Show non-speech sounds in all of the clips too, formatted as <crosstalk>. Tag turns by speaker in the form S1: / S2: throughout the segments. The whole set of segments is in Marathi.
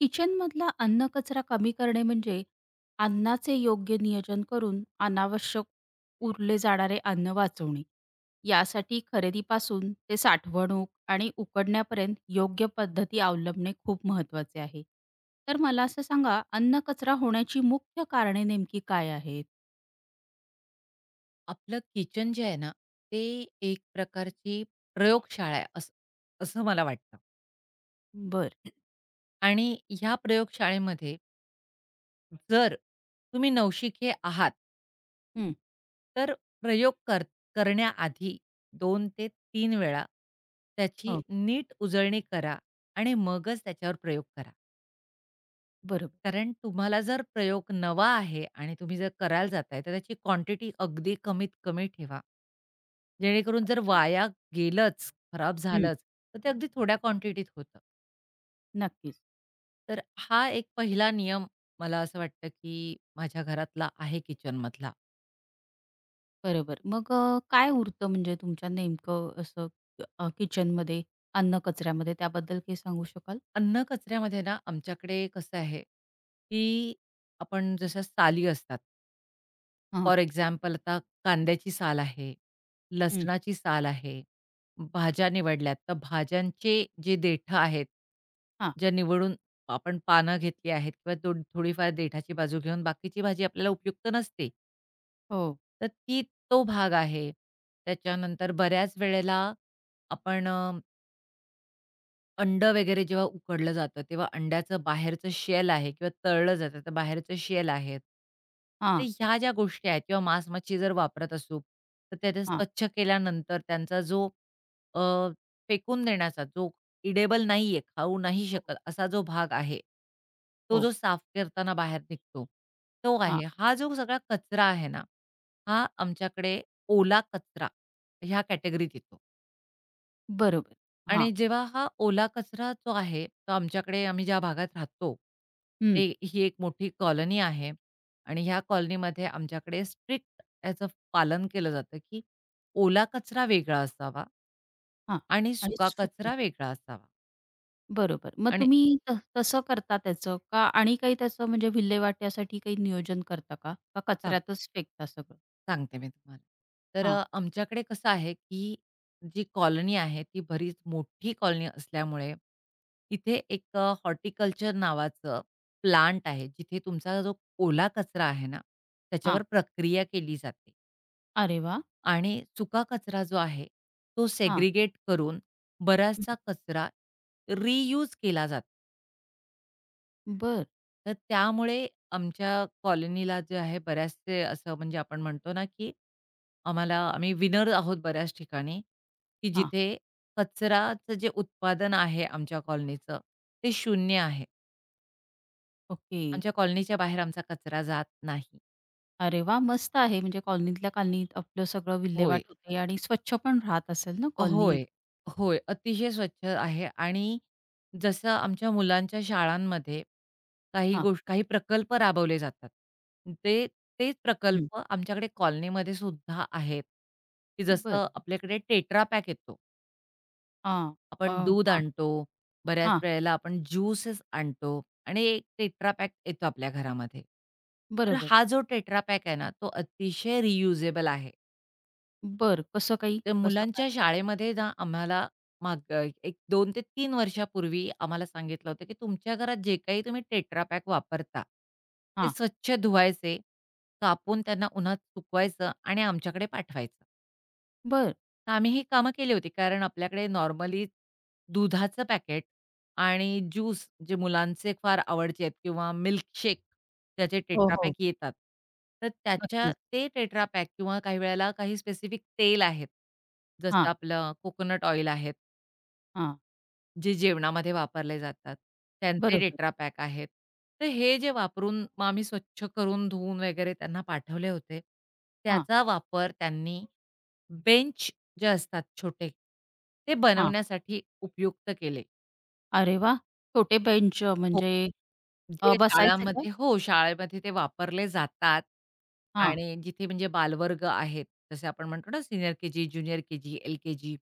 S1: किचनमधला अन्न कचरा कमी करणे म्हणजे अन्नाचे योग्य नियोजन करून अनावश्यक उरले जाणारे अन्न वाचवणे. यासाठी खरेदीपासून ते साठवणूक आणि उकडण्यापर्यंत योग्य पद्धती अवलंबणे खूप महत्त्वाचे आहे. तर मला असं सांगा, अन्न कचरा होण्याची मुख्य कारणे नेमकी काय आहेत?
S2: आपलं किचन जे आहे ना, ते एक प्रकारची प्रयोगशाळा आहे, असं असं मला वाटतं.
S1: बरं.
S2: आणि ह्या प्रयोगशाळेमध्ये जर तुम्ही नवशिके आहात,
S1: हं.
S2: तर प्रयोग कर करण्याआधी 2 ते 3 वेळा त्याची
S1: हो,
S2: नीट उजळणी करा आणि मगच त्याच्यावर प्रयोग करा.
S1: बरोबर.
S2: कारण तुम्हाला जर प्रयोग नवा आहे आणि तुम्ही जर करायला जाताय, तर त्याची क्वांटिटी अगदी कमीत कमी ठेवा. जेणेकरून जर
S1: हां.
S2: वाया गेलंच, खराब
S1: हं,
S2: झालंच, तर ते अगदी थोड्या क्वांटिटीत होतं.
S1: नक्कीच.
S2: तर हा एक पहिला नियम मला असं वाटतं, की माझ्या घरातला आहे किचनमधला.
S1: बरोबर. मग काय उरतं म्हणजे तुमच्या नेमकं असं किचनमध्ये, अन्न कचऱ्यामध्ये त्याबद्दल काही सांगू शकाल?
S2: अन्न कचऱ्यामध्ये ना, आमच्याकडे कसं आहे, की आपण जशा साली असतात.
S1: हां,
S2: फॉर एक्झाम्पल आता कांद्याची साल आहे,
S1: हं,
S2: लसणाची साल आहे, भाज्या निवडल्यात, तर भाज्यांचे जे देठं आहेत,
S1: हां,
S2: ज्या निवडून आपण पानं घेतली आहेत किंवा थोडी थोडीफार देठाची बाजू घेऊन बाकीची भाजी आपल्याला उपयुक्त नसते.
S1: हो,
S2: तर ती तो भाग आहे. त्याच्यानंतर बऱ्याच वेळेला आपण अंडं वगैरे जेव्हा उकडलं जातं, तेव्हा अंड्याचं बाहेरचं शेल आहे किंवा तळलं जातं, तर बाहेरचं शेल आहेत. तर
S1: हां,
S2: ह्या ज्या गोष्टी आहेत किंवा मांस-मच्छी जर वापरत असू, तर त्याच्या
S1: हां,
S2: स्वच्छ केल्यानंतर त्यांचा जो अ, फेकून देण्याचा, जो इडेबल नाहीये, खाऊ नाही
S1: हो,
S2: शकत असा जो भाग आहे, तो
S1: हो,
S2: जो साफ करताना बाहेर निघतो, तो
S1: हां,
S2: आहे. हा जो सगळा कचरा आहे ना, हा आमच्याकडे ओला कचरा ह्या कॅटेगरीत येतो.
S1: बरोबर. हां,
S2: आणि जेव्हा हा ओला कचरा जो आहे, तो आमच्याकडे आम्ही ज्या भागात राहतो,
S1: हं,
S2: ते ही एक मोठी कॉलनी आहे आणि ह्या कॉलनीमध्ये आमच्याकडे स्ट्रिक्ट याचं पालन केलं जातं, की ओला कचरा वेगळा असावा
S1: हां,
S2: आणि
S1: आणि
S2: सुका
S1: सुकं,
S2: कचरा वेगळा असावा
S1: बरोबर. मग
S2: आणि
S1: तुम्ही तसं करता त्याचं का आणि काही त्याचं म्हणजे विल्हेवाट्यासाठी काही नियोजन करता का? का
S2: टाक
S1: कचऱ्यातच फेकता सगळं?
S2: सांगते मी तुम्हाला. तर
S1: हां,
S2: आमच्याकडे कसं आहे, की जी कॉलनी आहे, ती बरीच मोठी कॉलनी असल्यामुळे तिथे एक हॉर्टिकल्चर नावाचं प्लांट आहे, जिथे तुमचा जो ओला कचरा आहे ना, त्याच्यावर
S1: हां.
S2: प्रक्रिया केली जाते
S1: अरे वाह!
S2: आणि सुका कचरा जो आहे, तो
S1: हां,
S2: सेग्रिगेट करून
S1: हं,
S2: बराचसा कचरा रियूज केला जातो.
S1: बरं.
S2: तर त्यामुळे आमच्या कॉलनीला जे आहे बऱ्याचसे असं म्हणजे आपण म्हणतो ना, की आम्हाला आम्ही विनर आहोत बऱ्याच ठिकाणी, की
S1: हां,
S2: जिथे कचराचं जे उत्पादन आहे आमच्या कॉलनीचं, ते शून्य आहे.
S1: ओके.
S2: आमच्या कॉलनीच्या बाहेर आमचा कचरा जात नाही.
S1: अरे वाह! मस्त आहे म्हणजे कॉलनीतल्या कॉलनीत आपलं सगळं
S2: होय.
S1: विल्हेवाट होते आणि स्वच्छ पण राहत असेल ना कॉलनी?
S2: होय, होय. अतिशय स्वच्छ आहे आणि जसं आमच्या मुलांच्या शाळांमध्ये काही
S1: हां.
S2: गोष्ट काही प्रकल्प राबवले जातात. ते तेच
S1: हं.
S2: प्रकल्प आमच्याकडे कॉलनीमध्ये सुद्धा आहेत, की
S1: बरं.
S2: जसं आपल्याकडे टेट्रा पॅक येतो.
S1: हां. अ,
S2: आपण दूध
S1: हां,
S2: आणतो, बऱ्याच
S1: हां.
S2: वेळेला आपण ज्यूसेस आणतो आणि एक टेट्रा पॅक येतो आपल्या घरामध्ये. तर
S1: बरोबर.
S2: हा जो टेट्रा पॅक आहे ना, तो अतिशय रियुजेबल आहे.
S1: बरं. कसं काही?
S2: तर
S1: कसं काय?
S2: मुलांच्या शाळेमध्ये ना आम्हाला माग एक 2 ते 3 वर्षापूर्वी आम्हाला सांगितलं होतं, की तुमच्या घरात जे काही तुम्ही टेट्रा पॅक वापरता, ते
S1: हां.
S2: स्वच्छ धुवायचे, कापून त्यांना उन्हात सुकवायचं आणि आमच्याकडे पाठवायचं.
S1: बरं.
S2: आम्ही ही कामं केली होती. कारण आपल्याकडे नॉर्मली दुधाचं पॅकेट आणि ज्यूस जे मुलांचे फार आवडचे आहेत किंवा मिल्कशेक ज्याचे
S1: हो,
S2: टेट्रा
S1: हो.
S2: पॅक येतात. तर त्याच्या
S1: नक्कीच.
S2: ते टेट्रा पॅक किंवा काही वेळेला काही स्पेसिफिक तेल आहेत. जसं
S1: हां,
S2: आपलं कोकोनट ऑइल आहेत,
S1: हां.
S2: जे जेवणामध्ये वापरले जातात. त्यांचे
S1: बरोबर.
S2: टेट्रा आहेत. तर हे जे वापरून मग आम्ही स्वच्छ करून धुवून वगैरे त्यांना पाठवले होते.
S1: हां,
S2: त्याचा वापर त्यांनी बेंच जे असतात छोटे, ते
S1: हां.
S2: बनवण्यासाठी उपयुक्त केले.
S1: अरे वाह! छोटे बेंच
S2: हो.
S1: म्हणजे
S2: जे
S1: बसायचे का?
S2: शाळामध्ये हो, शाळेमध्ये ते वापरले जातात
S1: हां.
S2: आणि जिथे म्हणजे बालवर्ग आहेत, जसे आपण म्हणतो ना senior KG, junior KG, LKG.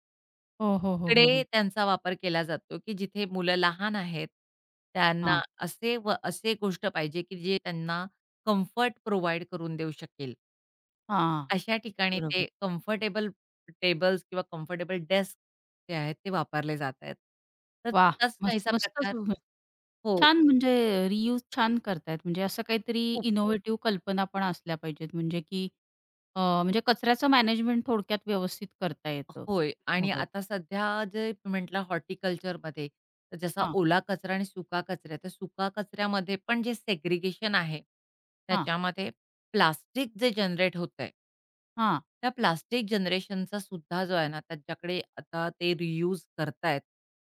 S1: हो, हो, हो, हो,
S2: तिकडे
S1: हो.
S2: त्यांचा वापर केला जातो, की जिथे मुलं लहान आहेत, त्यांना
S1: हां,
S2: असे व असे गोष्ट पाहिजे, की जे त्यांना कम्फर्ट प्रोव्हाईड करून देऊ शकेल.
S1: हां.
S2: अशा ठिकाणी ते
S1: बरोबर.
S2: कम्फर्टेबल टेबल्स किंवा कम्फर्टेबल डेस्क जे आहेत ते वापरले जात आहेत. तर
S1: वाह!
S2: तसाच
S1: मस्त
S2: काहीसा
S1: मस्तच,
S2: प्रकार
S1: उम्हम.
S2: हो.
S1: छान म्हणजे रियूज छान करतायत. म्हणजे असं काहीतरी
S2: हो.
S1: इनोव्हेटिव्ह कल्पना पण असल्या पाहिजेत. म्हणजे की म्हणजे कचऱ्याचं मॅनेजमेंट थोडक्यात व्यवस्थित करता येतं.
S2: होय आणि
S1: बरोबर.
S2: आता सध्या जे म्हटलं हॉर्टिकल्चरमध्ये तर जसा
S1: हां,
S2: ओला कचरा आणि सुका कचरा आहे, तर सुका कचऱ्यामध्ये पण जे सेग्रिगेशन आहे,
S1: हां,
S2: त्याच्यामध्ये प्लास्टिक जे जनरेट होतंय
S1: हां,
S2: त्या प्लास्टिक जनरेशनचा सुद्धा जो आहे ना, त्यांच्याकडे आता ते रियूज करतायत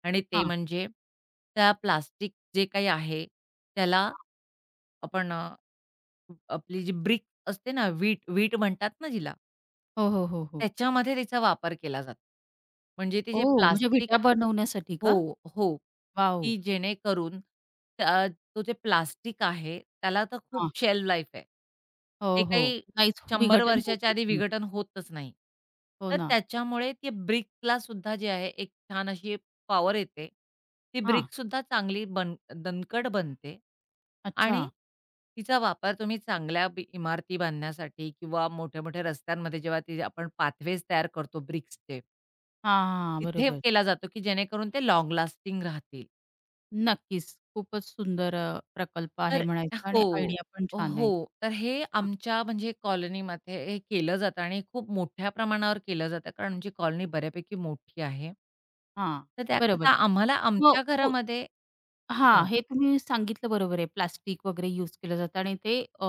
S2: आणि ते
S1: हां.
S2: म्हणजे त्या प्लास्टिक जे काही आहे, त्याला आपण अ, आपली जी ब्रिक असते ना, वीट वीट म्हणतात ना जिला.
S1: हो, हो, हो, हो.
S2: त्याच्यामध्ये तिचा वापर केला जातो. म्हणजे ते जे
S1: ओह! म्हणजे
S2: प्लास्टिक
S1: विटा बनवण्यासाठी का?
S2: हो, हो.
S1: वॉव!
S2: की जेणेकरून त्या तो जे प्लास्टिक आहे, त्याला तर खूप
S1: हां.
S2: शेल्फ लाईफ आहे. ते
S1: हो, हो.
S2: काही
S1: नाहीच,
S2: 100
S1: विघटन
S2: वर्षाच्या
S1: होतच
S2: आधी
S1: नाही.
S2: विघटन होतच नाही.
S1: हो
S2: तर
S1: ना.
S2: त्याच्यामुळे ते ब्रिकला सुद्धा जे आहे, एक छान अशी पॉवर येते. ती
S1: हां.
S2: ब्रिकसुद्धा चांगली बन दणकट बनते
S1: अच्छा.
S2: आणि तिचा वापर तुम्ही चांगल्या बी इमारती बांधण्यासाठी किंवा मोठ्या-मोठ्या रस्त्यांमध्ये जेव्हा ती आपण पाथवेज तयार करतो ब्रिक्सचे
S1: हां, हां,
S2: तिथे
S1: बरोबर.
S2: केला जातो, की जेणेकरून ते लॉंग लास्टिंग राहतील.
S1: नक्कीच. खूपच सुंदर प्रकल्प आहे
S2: तर
S1: म्हणायचा
S2: हो,
S1: आणि आयडिया पण छान
S2: हो.
S1: आहे.
S2: तर हे
S1: हां,
S2: आमच्या म्हणजे कॉलनीमध्ये हे केलं जातं आणि खूप मोठ्या प्रमाणावर केलं जातं, कारण आमची कॉलनी बऱ्यापैकी मोठी आहे.
S1: हां.
S2: तर
S1: बरोबर.
S2: त्याकरता आम्हाला
S1: मग
S2: आमच्या
S1: उ
S2: घरामध्ये
S1: हां, हे तुम्ही सांगितलं बरोबर आहे. प्लास्टिक वगैरे यूज केलं जातं आणि ते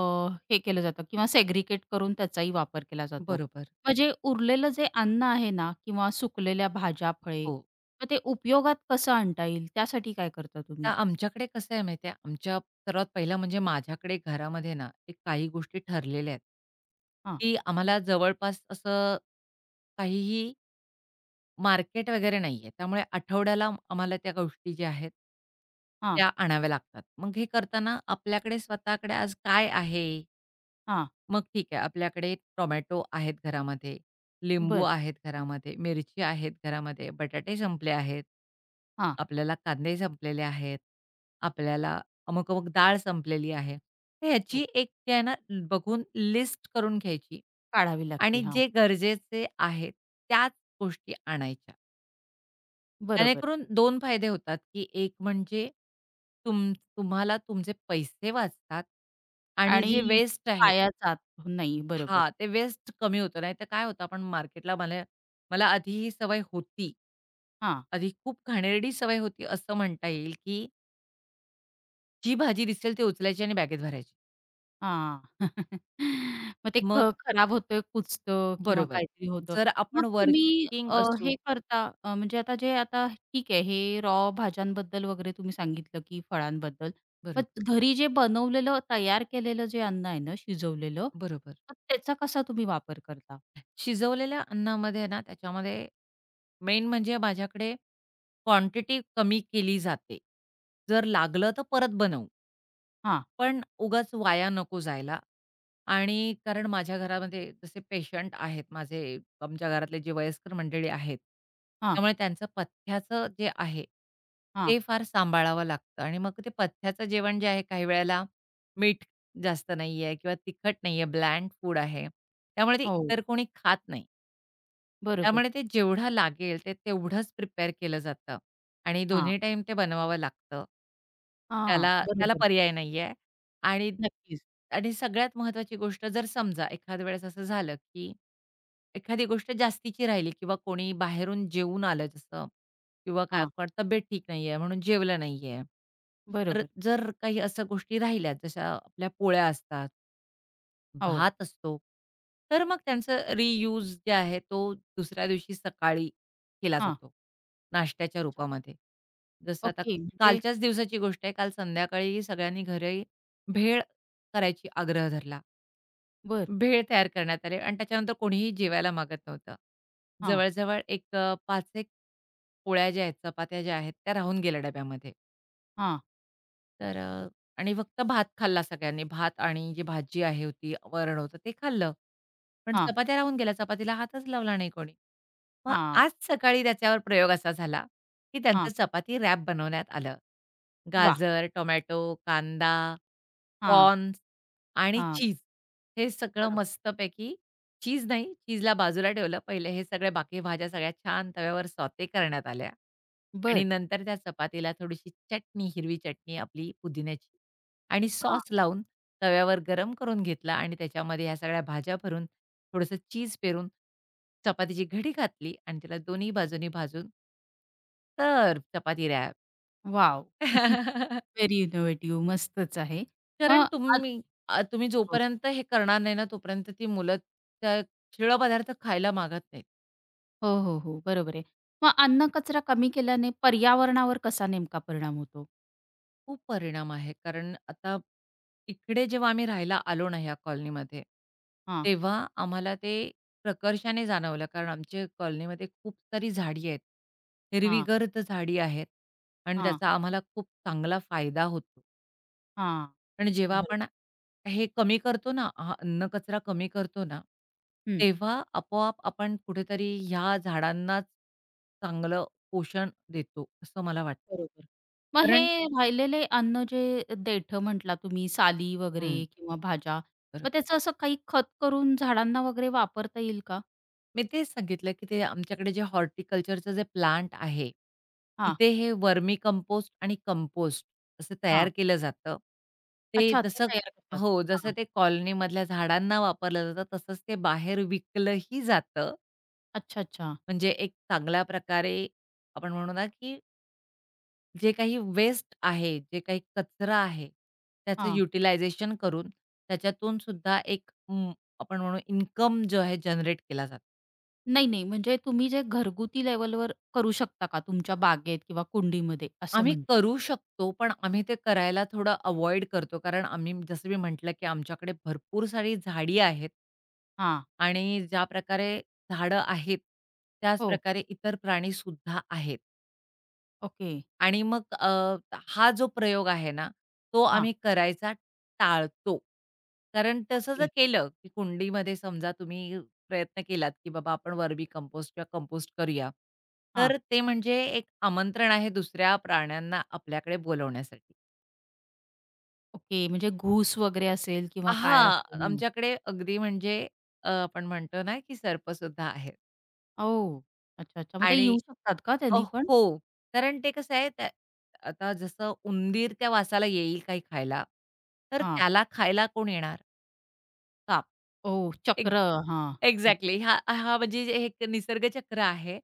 S1: हे केलं जातं किंवा सेग्रिगेट करून त्याचाही वापर केला जातो.
S2: बरोबर.
S1: म्हणजे उरलेलं जे अन्न आहे ना किंवा सुकलेल्या भाज्या, फळे,
S2: हो.
S1: मग ते उपयोगात कसं आणता येईल त्यासाठी काय करता
S2: तर
S1: तुम्ही?
S2: आमच्याकडे कसं आहे माहिती आहे, आमच्या सर्वात पहिलं म्हणजे माझ्याकडे घरामध्ये ना, एक काही गोष्टी ठरलेल्या आहेत,
S1: हां,
S2: की आम्हाला जवळपास असं काहीही मार्केट वगैरे नाहीये. त्यामुळे आठवड्याला आम्हाला त्या गोष्टी ज्या आहेत,
S1: हां,
S2: त्या आणाव्या लागतात. मग हे करताना आपल्याकडे स्वतःकडे आज काय आहे?
S1: हां.
S2: मग ठीक आहे. आपल्याकडे टोमॅटो आहेत घरामध्ये, लिंबू
S1: बरं.
S2: आहेत घरामध्ये, मिरची आहेत घरामध्ये, बटाटे संपले आहेत.
S1: हां,
S2: आपल्याला कांदे संपलेले आहेत. आपल्याला अमुक-अमुक डाळ संपलेली आहे. तर
S1: हो.
S2: ह्याची एक जी आहे ना बघून लिस्ट करून घ्यायची
S1: काढावी लागते.
S2: आणि
S1: हां,
S2: जे गरजेचे आहेत त्याच गोष्टी आणायच्या.
S1: बरोबर.
S2: जेणेकरून 2 फायदे होतात, की एक म्हणजे तुम तुम्हाला तुमचे पैसे वाचतात आणि
S1: आणि
S2: जे वेस्ट आहे
S1: वाया जात नाही. बरोबर.
S2: हां, ते वेस्ट कमी होतं. नाहीतर काय होतं आपण मार्केटला मला मला आधी ही सवय होती.
S1: हां.
S2: आधी खूप घाणेरडी सवय होती असं म्हणता येईल, की जी भाजी दिसेल ती उचलायची आणि बॅगेत भरायची.
S1: हां. <laughs> मग ते
S2: मग
S1: खराब होतं, कुचतं किंवा
S2: बरोबर.
S1: काहीतरी होतं.
S2: जर
S1: मग
S2: आपण
S1: तुम्ही
S2: वर्किंग असू
S1: हे करता, म्हणजे आता जे आता ठीक आहे, हे रॉ भाज्यांबद्दल वगैरे तुम्ही सांगितलं, की फळांबद्दल. मग
S2: बरोबर,
S1: घरी जे बनवलेलं, तयार केलेलं जे अन्न आहे ना, शिजवलेलं,
S2: बरोबर.
S1: मग त्याचा कसा तुम्ही वापर करता?
S2: शिजवलेल्या अन्नामध्ये ना त्याच्यामध्ये मेन म्हणजे माझ्याकडे क्वांटिटी कमी केली जाते. जर लागलं तर परत बनवू.
S1: हां,
S2: पण उगाच वाया नको जायला. आणि कारण माझ्या घरामध्ये जसे पेशंट आहेत माझे, आमच्या घरातले जे वयस्कर मंडळी आहेत,
S1: हां,
S2: त्यामुळे त्यांचं पथ्याचं जे आहे,
S1: हां.
S2: ते फार सांभाळावं लागतं आणि मग ते पथ्याचं जेवण जे आहे काही वेळेला मीठ जास्त नाहीये किंवा तिखट नाहीये, ब्लँड फूड आहे. त्यामुळे ते
S1: हो,
S2: इतर कोणी खात नाही.
S1: बरोबर.
S2: त्यामुळे ते जेवढं लागेल ते तेवढंच प्रिपेअर केलं जातं आणि
S1: हां,
S2: दोन्ही टाईम ते बनवावं लागतं.
S1: हां.
S2: त्याला त्याला
S1: बरोबर.
S2: पर्याय नाहीये आणि
S1: नक्कीच.
S2: आणि सगळ्यात महत्त्वाची गोष्ट जर समजा एखाद्या वेळेस असं झालं, की एखादी गोष्ट जास्तीची राहिली किंवा कोणी बाहेरून जेवून आलं जसं किंवा काय
S1: हां,
S2: कोण तब्येत ठीक नाहीये म्हणून जेवला नाहीये. तर
S1: बरोबर.
S2: जर काही अशा गोष्टी राहिल्या जशा आपल्या पोळ्या असतात
S1: हो.
S2: भात असतो. तर मग त्यांचा रियूज जे आहे तो दुसऱ्या दिवशी सकाळी केला
S1: हां.
S2: जातो, नाश्त्याच्या
S1: अच्छा.
S2: रूपामध्ये. जसं आता
S1: ओके. म्हणजे
S2: कालच्याच दिवसाची गोष्ट आहे. काल संध्याकाळी सगळ्यांनी घरी भेळ करायची आग्रह धरला.
S1: बरं.
S2: भेळ तयार करण्यात आले आणि त्याच्यानंतर कोणीही जेवायला मागत नव्हतं.
S1: हां,
S2: जवळ-जवळ 5-1 पोळ्या ज्या आहेत, चपात्या ज्या आहेत, त्या राहून गेल्या डब्यामध्ये.
S1: हां,
S2: तर आणि फक्त भात खाल्ला सगळ्यांनी. भात आणि जी भाजी आहे होती, वरण होतं ते खाल्लं. पण
S1: हां,
S2: चपात्या राहून गेल्या. चपातीला हातच लावला नाही कोणी. मग
S1: हां.
S2: आज सकाळी त्याच्यावर प्रयोग असा झाला, की त्यांचं
S1: हां,
S2: चपाती रॅप बनवण्यात आलं.
S1: वाह!
S2: गाजर, टोमॅटो, कांदा,
S1: हां,
S2: कॉर्न्स आणि
S1: हां,
S2: चीज हे सगळं
S1: बरोबर.
S2: मस्तपैकी चीज नाही, चीजला बाजूला ठेवलं. पहिले हे सगळ्या बाकी भाज्या सगळ्या छान तव्यावर सौते करण्यात आल्या आणि
S1: बरं.
S2: नंतर त्या चपातीला थोडीशी चटणी, हिरवी चटणी आपली पुदिन्याची आणि
S1: हां,
S2: सॉस लावून तव्यावर गरम करून घेतला आणि त्याच्यामध्ये ह्या सगळ्या भाज्या भरून थोडंसं चीज पेरून, चपातीची घडी घातली आणि त्याला दोन्ही बाजूनी भाजून, तर chapati wrap.
S1: Wow! <laughs>
S2: <laughs>
S1: Very innovative, मस्तच आहे. मग
S2: कारण
S1: आ
S2: तुम्ही तुम्ही
S1: हो,
S2: जोपर्यंत हे करणार नाही ना, तोपर्यंत ती मुलं त्या शिळा पदार्थ खायला मागत नाहीत.
S1: हो, हो, हो, बरोबर आहे. मग अन्न कचरा कमी केल्याने पर्यावरणावर कसा नेमका परिणाम होतो?
S2: खूप परिणाम आहे. कारण आता इकडे जेव्हा आम्ही राहायला आलो ना ह्या कॉलनीमध्ये,
S1: हां,
S2: तेव्हा आम्हाला ते प्रकर्षाने जाणवलं. कारण आमच्या कॉलनीमध्ये खूप सारी झाडी आहेत.
S1: हां,
S2: हिरवीगर्द झाडी आहेत आणि
S1: हां,
S2: त्याचा आम्हाला खूप चांगला फायदा होतो.
S1: हां,
S2: पण जेव्हा
S1: बरं.
S2: आपण हे कमी करतो ना, हा अन्न कचरा कमी करतो ना,
S1: हं,
S2: तेव्हा आपोआप आपण कुठेतरी ह्या झाडांनाच चांगलं पोषण देतो, असं मला वाटतं.
S1: बरोबर. मग हे
S2: कारण
S1: राहिलेले अन्न जे देठं म्हटला तुम्ही, साली वगैरे
S2: हं,
S1: किंवा भाज्या, मग
S2: बरोबर.
S1: त्याचं असं काही खत करून झाडांना वगैरे वापरता येईल का?
S2: मी तेच सांगितलं, की ते आमच्याकडे जे हॉर्टिकल्चरचं जे प्लांट आहे,
S1: हां,
S2: तिथे हे वर्मी कंपोस्ट आणि कंपोस्ट असं तयार
S1: हां.
S2: केलं जातं. ते
S1: अच्छा, ते
S2: जसं
S1: तयार करतात.
S2: हो, जसं
S1: हां,
S2: ते कॉलनीमधल्या झाडांना वापरलं जातं, तसंच ते बाहेर विकलंही जातं.
S1: अच्छा, अच्छा.
S2: म्हणजे एक चांगल्या प्रकारे आपण म्हणू ना, की जे काही वेस्ट आहे, जे काही कचरा आहे, त्याचं
S1: हां.
S2: युटिलायझेशन करून त्याच्यातून सुद्धा आपण म्हणू इन्कम जो आहे जनरेट केला जातो.
S1: नाही, नाही. म्हणजे तुम्ही जे घरगुती लेव्हलवर करू शकता का तुमच्या बागेत किंवा कुंडीमध्ये, असं
S2: आम्ही
S1: म्हणते?
S2: करू शकतो, पण आम्ही ते करायला थोडं अव्हॉइड करतो. कारण आम्ही जसं मी म्हटलं, की आमच्याकडे भरपूर सारी झाडी आहेत.
S1: हां.
S2: आणि ज्या प्रकारे झाडं आहेत, त्याच
S1: हो.
S2: प्रकारे इतर प्राणीसुद्धा आहेत.
S1: ओके.
S2: आणि मग हा जो प्रयोग आहे ना, तो
S1: हां.
S2: आम्ही करायचा टाळतो. कारण तसं जर
S1: ओके.
S2: केलं, की कुंडीमध्ये समजा तुम्ही प्रयत्न केलात, की बाबा आपण वर्मी कंपोस्ट किंवा कंपोस्ट करूया.
S1: हां.
S2: तर ते म्हणजे एक आमंत्रण आहे दुसऱ्या प्राण्यांना आपल्याकडे बोलवण्यासाठी.
S1: ओके. म्हणजे घूस वगैरे असेल किंवा काय
S2: हां,
S1: असेल?
S2: आमच्याकडे अगदी म्हणजे आपण म्हणतो ना, की सर्पसुद्धा आहेत
S1: ओह! अच्छा, अच्छा. मग ते
S2: आणि
S1: येऊ शकतात का
S2: अ,
S1: त्यांनी पण?
S2: हो. कारण ते कसं आहे त्या आता जसं उंदीर त्या वासाला येईल काही खायला, तर
S1: हां.
S2: त्याला खायला कोण येणार?
S1: साप. ओह! चक्र. हां.
S2: एक्झॅक्टली.
S1: बरोबर.
S2: हा हा म्हणजे जे एक निसर्गचक्र आहे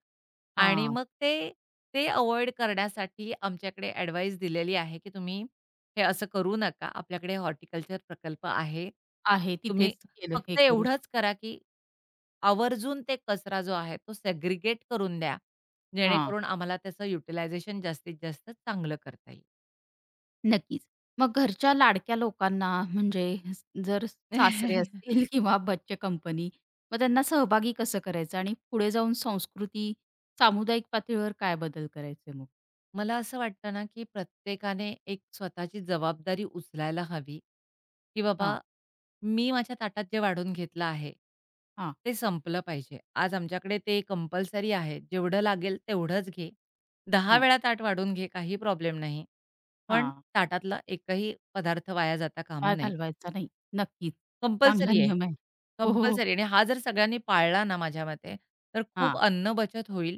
S2: आणि
S1: हां.
S2: मग ते ते अव्हॉइड करण्यासाठी आमच्याकडे ॲडवाईस दिलेली आहे, की तुम्ही हे असं करू नका. आपल्याकडे हॉर्टिकल्चर प्रकल्प आहे.
S1: आहे
S2: तुम्ही
S1: तिथेच केलं हे
S2: फक्त
S1: करू
S2: एवढंच
S1: शकतात.
S2: करा, की आवर्जून ते कचरा जो आहे तो सेग्रिगेट करून द्या.
S1: हां.
S2: जेणेकरून आम्हाला त्याचं युटिलायझेशन जास्तीत जास्त चांगलं करता येईल.
S1: नक्कीच. मग घरच्या लाडक्या लोकांना, म्हणजे जर सासरे
S2: <laughs>
S1: असतील किंवा बच्चे कंपनी, मग त्यांना सहभागी कसं करायचं आणि पुढे जाऊन संस्कृती, सामुदायिक पातळीवर काय बदल करायचे मग?
S2: मला असं वाटतं ना, की प्रत्येकाने एक स्वतःची जबाबदारी उचलायला हवी, की
S1: हां,
S2: बाबा मी माझ्या ताटात जे वाढून घेतलं आहे,
S1: हां,
S2: ते संपलं पाहिजे. आज आमच्याकडे ते कंपल्सरी आहे. जेवढं लागेल तेवढंच घे. 10
S1: हां,
S2: वेळा ताट वाढून घे, काही प्रॉब्लेम नाही. पण
S1: हां.
S2: ताटातला एकही पदार्थ वाया जाता कामा
S1: वाळ
S2: नये.
S1: घालवायचा नाही. नक्कीच. चांगला
S2: कंपल्सरी आहे.
S1: नियम आहे. हो, हो, हो.
S2: कंपल्सरी आणि हा जर सगळ्यांनी पाळला ना माझ्या मते, तर खूप
S1: हां,
S2: अन्न बचत होईल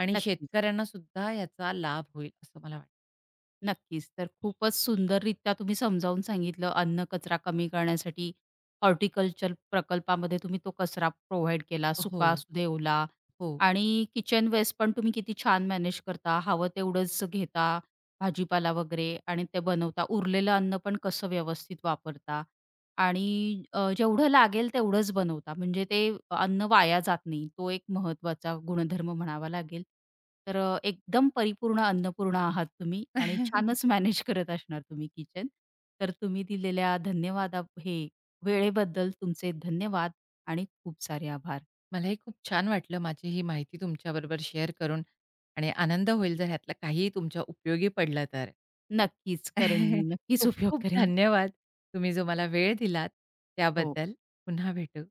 S2: आणि
S1: नक्कीच.
S2: शेतकऱ्यांनासुद्धा याचा लाभ होईल, असं मला वाटतं.
S1: नक्कीच. तर खूपच सुंदररित्या तुम्ही समजावून सांगितलं, अन्न कचरा कमी करण्यासाठी हॉर्टिकल्चर प्रकल्पामध्ये तुम्ही तो कचरा प्रोव्हाईड केला.
S2: हो,
S1: सुका असू दे, ओला,
S2: हो.
S1: आणि किचन वेस्ट पण तुम्ही किती छान मॅनेज करता. हवं तेवढंच घेता भाजीपाला वगैरे आणि ते बनवता. उरलेलं अन्न पण कसं व्यवस्थित वापरता. आणि जेवढं लागेल तेवढंच बनवता. म्हणजे ते अन्न वाया जात नाही. तो एक महत्त्वाचा गुणधर्म म्हणावा लागेल. तर एकदम परिपूर्ण अन्नपूर्णा आहात तुम्ही आणि छानच
S2: <laughs>
S1: मॅनेज करत असणार तुम्ही किचन. तर तुम्ही दिलेल्या धन्यवादा, हे वेळेबद्दल तुमचे धन्यवाद आणि खूप सारे आभार.
S2: मलाही खूप छान वाटलं माझी ही माहिती तुमच्याबरोबर शेअर करून आणि आनंद होईल जर ह्यातला काहीही तुमच्या उपयोगी पडलं तर.
S1: नक्कीच करेन मी.
S2: <laughs>
S1: नक्कीच
S2: खूप
S1: उपयोग
S2: खूप
S1: करेन.
S2: धन्यवाद. तुम्ही जो मला वेळ दिलात
S1: हो.
S2: त्याबद्दल. पुन्हा भेटू.